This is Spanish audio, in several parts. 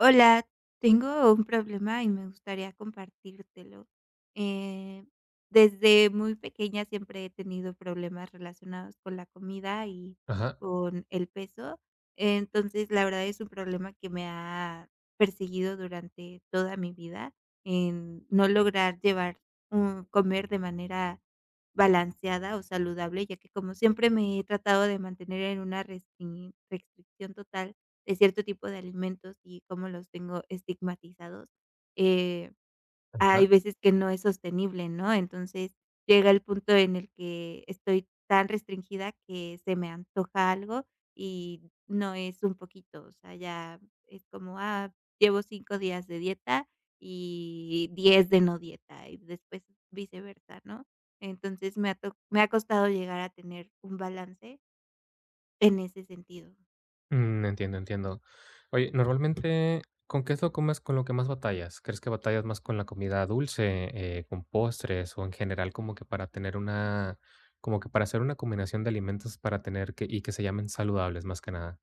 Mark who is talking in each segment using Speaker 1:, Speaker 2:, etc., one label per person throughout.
Speaker 1: Hola, tengo un problema y me gustaría compartírtelo. Eh, Desde muy pequeña siempre he tenido problemas relacionados con la comida y
Speaker 2: Ajá,
Speaker 1: con el peso. Entonces, la verdad es un problema que me ha perseguido durante toda mi vida, en no lograr llevar un comer de manera balanceada o saludable, ya que como siempre me he tratado de mantener en una restricción total de cierto tipo de alimentos y cómo los tengo estigmatizados, eh, hay
Speaker 2: ajá.
Speaker 1: veces que no es sostenible, ¿no? Entonces, llega el punto en el que estoy tan restringida que se me antoja algo y no es un poquito, o sea, ya es como, ah, llevo 5 días de dieta y 10 de no dieta, y después viceversa, ¿no? Entonces, me ha costado llegar a tener un balance en ese sentido.
Speaker 2: Mm, entiendo, entiendo. Oye, normalmente, ¿con qué es lo comes con lo que más batallas? ¿Crees que batallas más con la comida dulce, con postres, o en general como que para tener una, como que para hacer una combinación de alimentos para tener que y que se llamen saludables más que nada?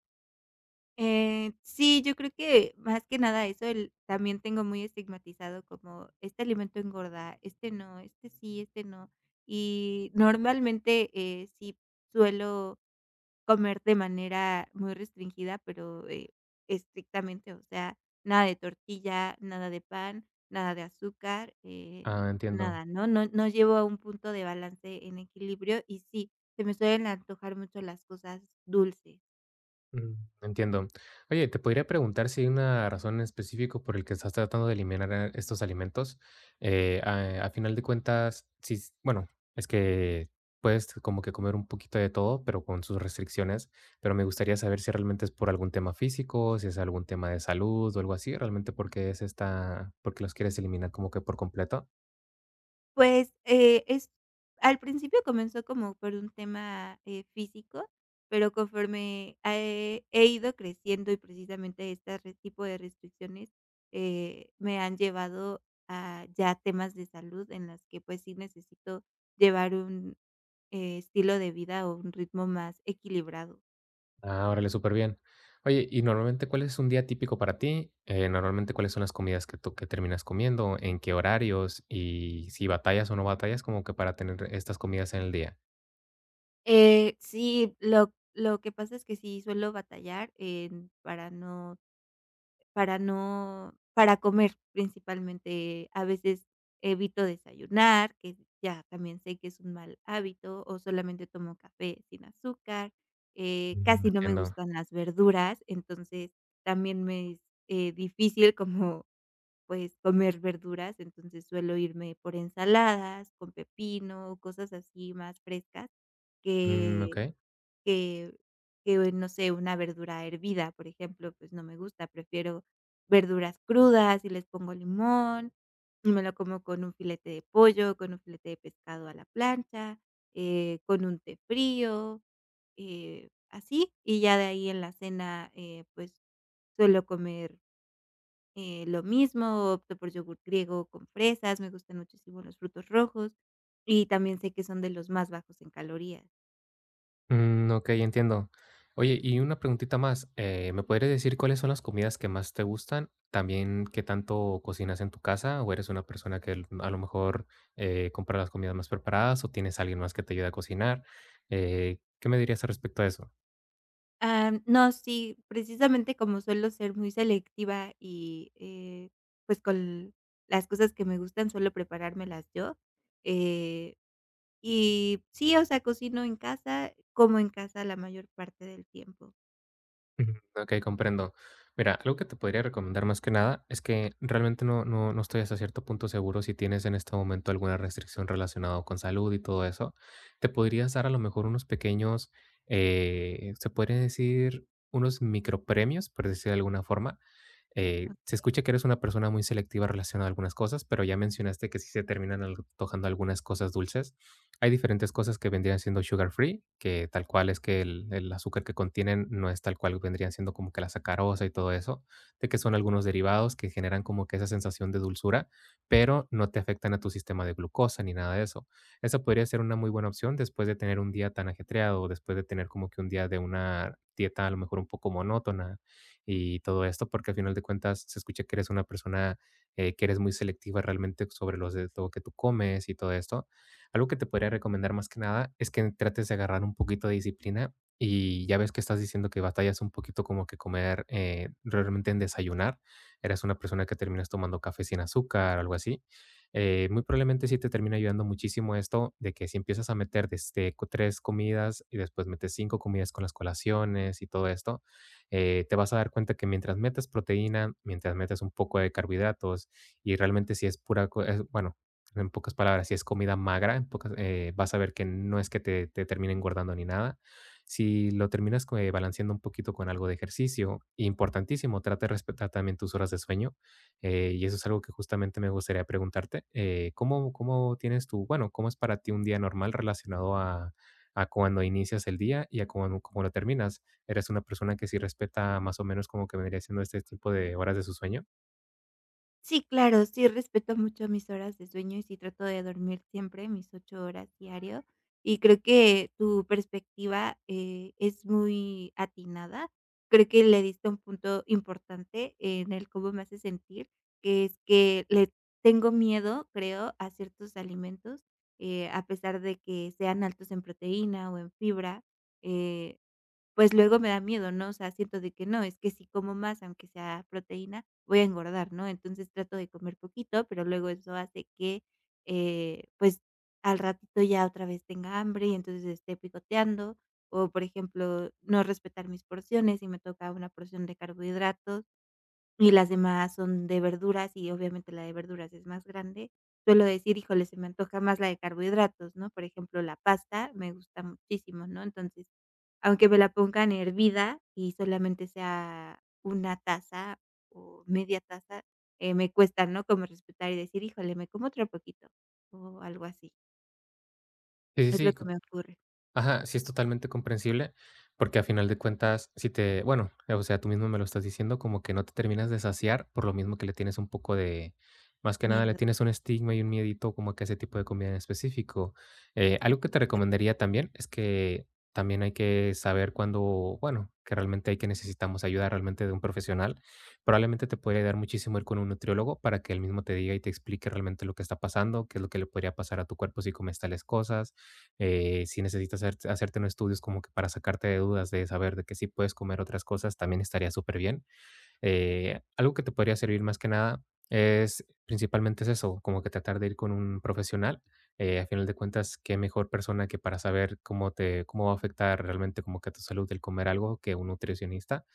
Speaker 1: Sí, yo creo que más que nada eso, el también tengo muy estigmatizado como este alimento engorda, este no, este sí, este no. Y normalmente, sí suelo comer de manera muy restringida, pero, estrictamente, o sea, nada de tortilla, nada de pan, nada de azúcar,
Speaker 2: Ah, entiendo.
Speaker 1: nada, ¿no? No llevo a un punto de balance en equilibrio y sí, se me suelen antojar mucho las cosas dulces.
Speaker 2: Mm, entiendo. Oye, te podría preguntar si hay una razón en específico por el que estás tratando de eliminar estos alimentos. A final de cuentas, sí, bueno, es que puedes como que comer un poquito de todo, pero con sus restricciones. Pero me gustaría saber si realmente es por algún tema físico, si es algún tema de salud o algo así, realmente porque es esta, porque los quieres eliminar como que por completo.
Speaker 1: Pues, es al principio comenzó como por un tema, físico, pero conforme he ido creciendo y precisamente este re tipo de restricciones, me han llevado a ya temas de salud en las que, pues, sí necesito llevar un, estilo de vida o un ritmo más equilibrado.
Speaker 2: Ah, órale, súper bien. Oye, y normalmente, ¿cuál es un día típico para ti? Normalmente, ¿cuáles son las comidas que tú que terminas comiendo? ¿En qué horarios? Y si batallas o no batallas, como que para tener estas comidas en el día.
Speaker 1: Sí, lo que pasa es que sí suelo batallar en para no Para no para comer principalmente, a veces evito desayunar, que ya también sé que es un mal hábito, o solamente tomo café sin azúcar,
Speaker 2: Mm,
Speaker 1: casi no me
Speaker 2: entiendo.
Speaker 1: gustan las verduras, entonces también me es, difícil como, pues, comer verduras, entonces suelo irme por ensaladas, con pepino, cosas así más frescas
Speaker 2: Mm, ok.
Speaker 1: que que que, no sé, una verdura hervida, por ejemplo, pues no me gusta, prefiero verduras crudas y les pongo limón, y me lo como con un filete de pollo, con un filete de pescado a la plancha, con un té frío, así, y ya de ahí en la cena, pues suelo comer, lo mismo, opto por yogur griego con fresas, me gustan muchísimo los frutos rojos y también sé que son de los más bajos en calorías.
Speaker 2: Mm, ok, entiendo. Oye, y una preguntita más. ¿Me podrías decir cuáles son las comidas que más te gustan? También, ¿qué tanto cocinas en tu casa? ¿O eres una persona que a lo mejor compra las comidas más preparadas? ¿O tienes a alguien más que te ayude a cocinar? ¿Qué me dirías al respecto a eso?
Speaker 1: No, sí, precisamente como suelo ser muy selectiva y, pues, con las cosas que me gustan suelo preparármelas yo, eh, y sí, o sea, cocino en casa, como en casa la mayor parte del tiempo.
Speaker 2: Ujú, okey, comprendo. Mira, algo que te podría recomendar más que nada es que realmente no estoy hasta cierto punto seguro si tienes en este momento alguna restricción relacionado con salud y todo eso. Te podrías dar a lo mejor unos pequeños, se podría decir, unos micropremios, por decir de alguna forma. Se escucha que eres una persona muy selectiva relacionada a algunas cosas, pero ya mencionaste que sí se terminan antojando algunas cosas dulces. Hay diferentes cosas que vendrían siendo sugar free, que tal cual es que el azúcar que contienen no es tal cual vendrían siendo como que la sacarosa y todo eso, de que son algunos derivados que generan como que esa sensación de dulzura, pero no te afectan a tu sistema de glucosa ni nada de eso. Esa podría ser una muy buena opción después de tener un día tan ajetreado, o después de tener como que un día de una dieta a lo mejor un poco monótona y todo esto, porque al final de cuentas se escucha que eres una persona que eres muy selectiva realmente sobre los de lo que tú comes y todo esto. Algo que te podría recomendar más que nada es que trates de agarrar un poquito de disciplina, y ya ves que estás diciendo que batallas un poquito como que comer realmente en desayunar. Eres una persona que terminas tomando café sin azúcar o algo así. Muy probablemente sí te termina ayudando muchísimo esto de que si empiezas a meter desde 3 comidas y después metes 5 comidas con las colaciones y todo esto, te vas a dar cuenta que mientras metes proteína, mientras metes un poco de carbohidratos, y realmente si es pura, bueno, en pocas palabras, si es comida magra, vas a ver que no es que te termine engordando ni nada. Si lo terminas balanceando un poquito con algo de ejercicio, importantísimo, trata de respetar también tus horas de sueño. Y eso es algo que justamente me gustaría preguntarte. ¿Cómo tienes tú, bueno, ¿cómo es para ti un día normal relacionado a cuando inicias el día y a cuando, cómo lo terminas? ¿Eres una persona que sí respeta más o menos como que vendría siendo este tipo de horas de su sueño?
Speaker 1: Sí, claro, sí respeto mucho mis horas de sueño y sí trato de dormir siempre mis 8 horas diario. Y creo que tu perspectiva, es muy atinada. Creo que le diste un punto importante en el cómo me hace sentir, que es que le tengo miedo, creo, a ciertos alimentos, a pesar de que sean altos en proteína o en fibra, eh pues luego me da miedo, ¿no? O sea, siento de que no, es que si como más, aunque sea proteína, voy a engordar, ¿no? Entonces trato de comer poquito, pero luego eso hace que, pues al ratito ya otra vez tenga hambre y entonces esté picoteando o, por ejemplo, no respetar mis porciones y me toca una porción de carbohidratos y las demás son de verduras y obviamente la de verduras es más grande. Suelo decir, híjole, se me antoja más la de carbohidratos, ¿no? Por ejemplo, la pasta me gusta muchísimo, ¿no? Entonces aunque me la pongan hervida y solamente sea una taza o media taza, me cuesta, ¿no?, como respetar y decir: "Híjole, me como otro poquito", o algo así.
Speaker 2: Sí,
Speaker 1: Es lo
Speaker 2: sí, sí,
Speaker 1: que me ocurre.
Speaker 2: Ajá, sí, es totalmente comprensible, porque a final de cuentas, si te, bueno, o sea, tú mismo me lo estás diciendo, como que no te terminas de saciar, por lo mismo que le tienes un poco de, más que nada le
Speaker 1: Miedo,
Speaker 2: tienes un estigma y un miedito como que a ese tipo de comida en específico. Algo que te
Speaker 1: exacto.
Speaker 2: recomendaría también es que también hay que saber cuándo, bueno, que realmente hay que necesitamos ayuda realmente de un profesional. Probablemente te podría ayudar muchísimo ir con un nutriólogo para que él mismo te diga y te explique realmente lo que está pasando, qué es lo que le podría pasar a tu cuerpo si comes tales cosas, si necesitas hacerte unos estudios como que para sacarte de dudas de saber de que sí puedes comer otras cosas, también estaría superbién. Algo que te podría servir más que nada es eso, como que tratar de ir con un profesional. A final de cuentas, qué mejor persona que para saber cómo te, cómo va a afectar realmente como que a tu salud el comer algo que un nutricionista.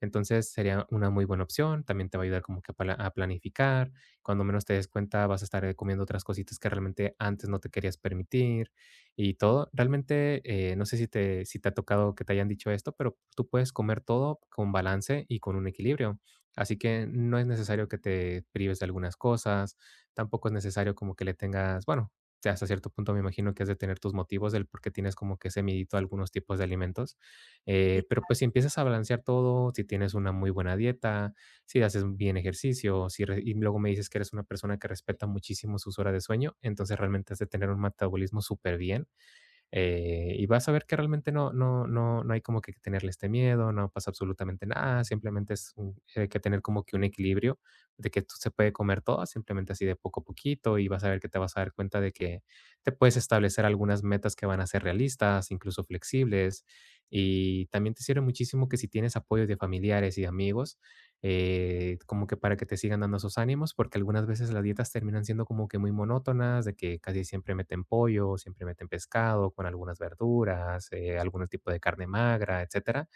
Speaker 2: Entonces sería una muy buena opción, también te va a ayudar como que a planificar, cuando menos te des cuenta vas a estar comiendo otras cositas que realmente antes no te querías permitir, y todo. Realmente, no sé si te ha tocado que te hayan dicho esto, pero tú puedes comer todo con balance y con un equilibrio. Así que no es necesario que te prives de algunas cosas, tampoco es necesario como que le tengas, bueno, hasta cierto punto me imagino que has de tener tus motivos del por qué tienes como que ese miedito a algunos tipos de alimentos.
Speaker 1: Sí.
Speaker 2: Pero pues si empiezas a balancear todo, si tienes una muy buena dieta, si haces bien ejercicio, si re- y luego me dices que eres una persona que respeta muchísimo sus horas de sueño, entonces realmente has de tener un metabolismo súper bien, y vas a ver que realmente no hay como que tenerle este miedo, no pasa absolutamente nada, simplemente hay que tener como que un equilibrio de que tú se puede comer todo, simplemente así de poco a poquito, y vas a ver que te vas a dar cuenta de que te puedes establecer algunas metas que van a ser realistas, incluso flexibles, y también te sirve muchísimo que si tienes apoyo de familiares y amigos, como que para que te sigan dando esos ánimos, porque algunas veces las dietas terminan siendo como que muy monótonas, de que casi siempre meten pollo, siempre meten pescado con algunas verduras, algún tipo de carne magra, etcétera,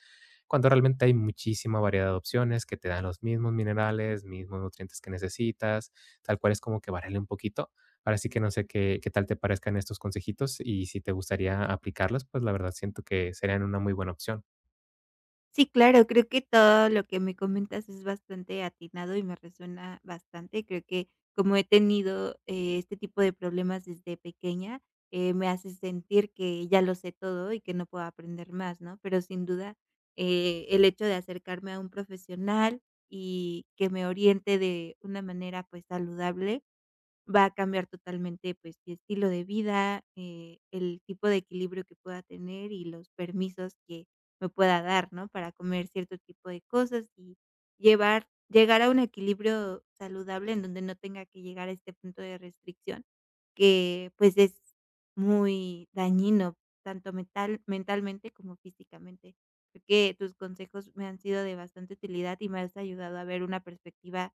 Speaker 2: cuando realmente hay muchísima variedad de opciones que te dan los mismos minerales, mismos nutrientes que necesitas, tal cual es como que variarle un poquito. Ahora sí que no sé qué tal te parezcan estos consejitos y si te gustaría aplicarlos, pues la verdad siento que serían una muy buena opción.
Speaker 1: Sí, claro, creo que todo lo que me comentas es bastante atinado y me resuena bastante. Creo que como he tenido, este tipo de problemas desde pequeña, me hace sentir que ya lo sé todo y que no puedo aprender más, ¿no? Pero sin duda, el hecho de acercarme a un profesional y que me oriente de una manera, pues, saludable va a cambiar totalmente, pues, mi estilo de vida, el tipo de equilibrio que pueda tener y los permisos que me pueda dar, ¿no? Para comer cierto tipo de cosas y llevar llegar a un equilibrio saludable en donde no tenga que llegar a este punto de restricción, que, pues, es muy dañino, tanto mentalmente como físicamente. Creo que tus consejos me han sido de bastante utilidad y me has ayudado a ver una perspectiva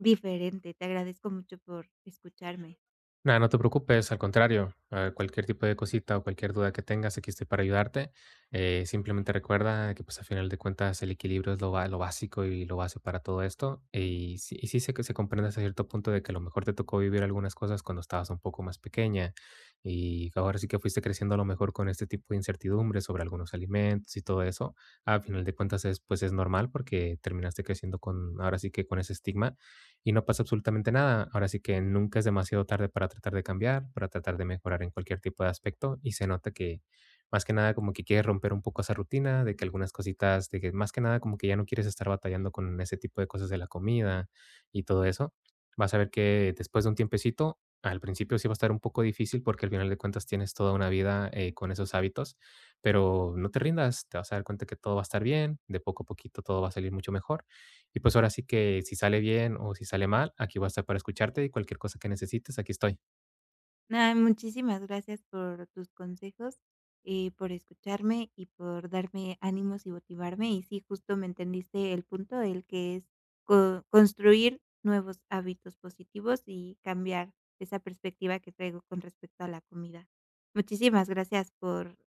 Speaker 1: diferente. Te agradezco mucho por escucharme.
Speaker 2: Nada, no te preocupes, al contrario, cualquier tipo de cosita o cualquier duda que tengas, aquí estoy para ayudarte. Simplemente recuerda que pues a final de cuentas el equilibrio es lo, lo básico y lo base para todo esto. Y sí sé que se comprende hasta cierto punto de que a lo mejor te tocó vivir algunas cosas cuando estabas un poco más pequeña y ahora sí que fuiste creciendo a lo mejor con este tipo de incertidumbre sobre algunos alimentos y todo eso. A final de cuentas es normal porque terminaste creciendo con ahora sí que con ese estigma, y no pasa absolutamente nada. Ahora sí que nunca es demasiado tarde para tratar de cambiar, para tratar de mejorar en cualquier tipo de aspecto, y se nota que más que nada como que quieres romper un poco esa rutina, de que algunas cositas, de que más que nada como que ya no quieres estar batallando con ese tipo de cosas de la comida y todo eso. Vas a ver que después de un tiempecito, al principio sí va a estar un poco difícil porque al final de cuentas tienes toda una vida con esos hábitos, pero no te rindas, te vas a dar cuenta que todo va a estar bien, de poco a poquito todo va a salir mucho mejor, y pues ahora sí que si sale bien o si sale mal, aquí voy a estar para escucharte, y cualquier cosa que necesites, aquí estoy.
Speaker 1: Nada, muchísimas gracias por tus consejos, por escucharme y por darme ánimos y motivarme. Y sí, justo me entendiste el punto, el que es construir nuevos hábitos positivos y cambiar esa perspectiva que traigo con respecto a la comida. Muchísimas gracias por,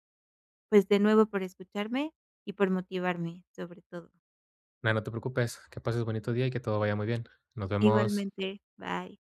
Speaker 1: pues de nuevo, por escucharme y por motivarme, sobre todo.
Speaker 2: Nada, no te preocupes, que pases bonito día y que todo vaya muy bien. Nos vemos.
Speaker 1: Igualmente, bye.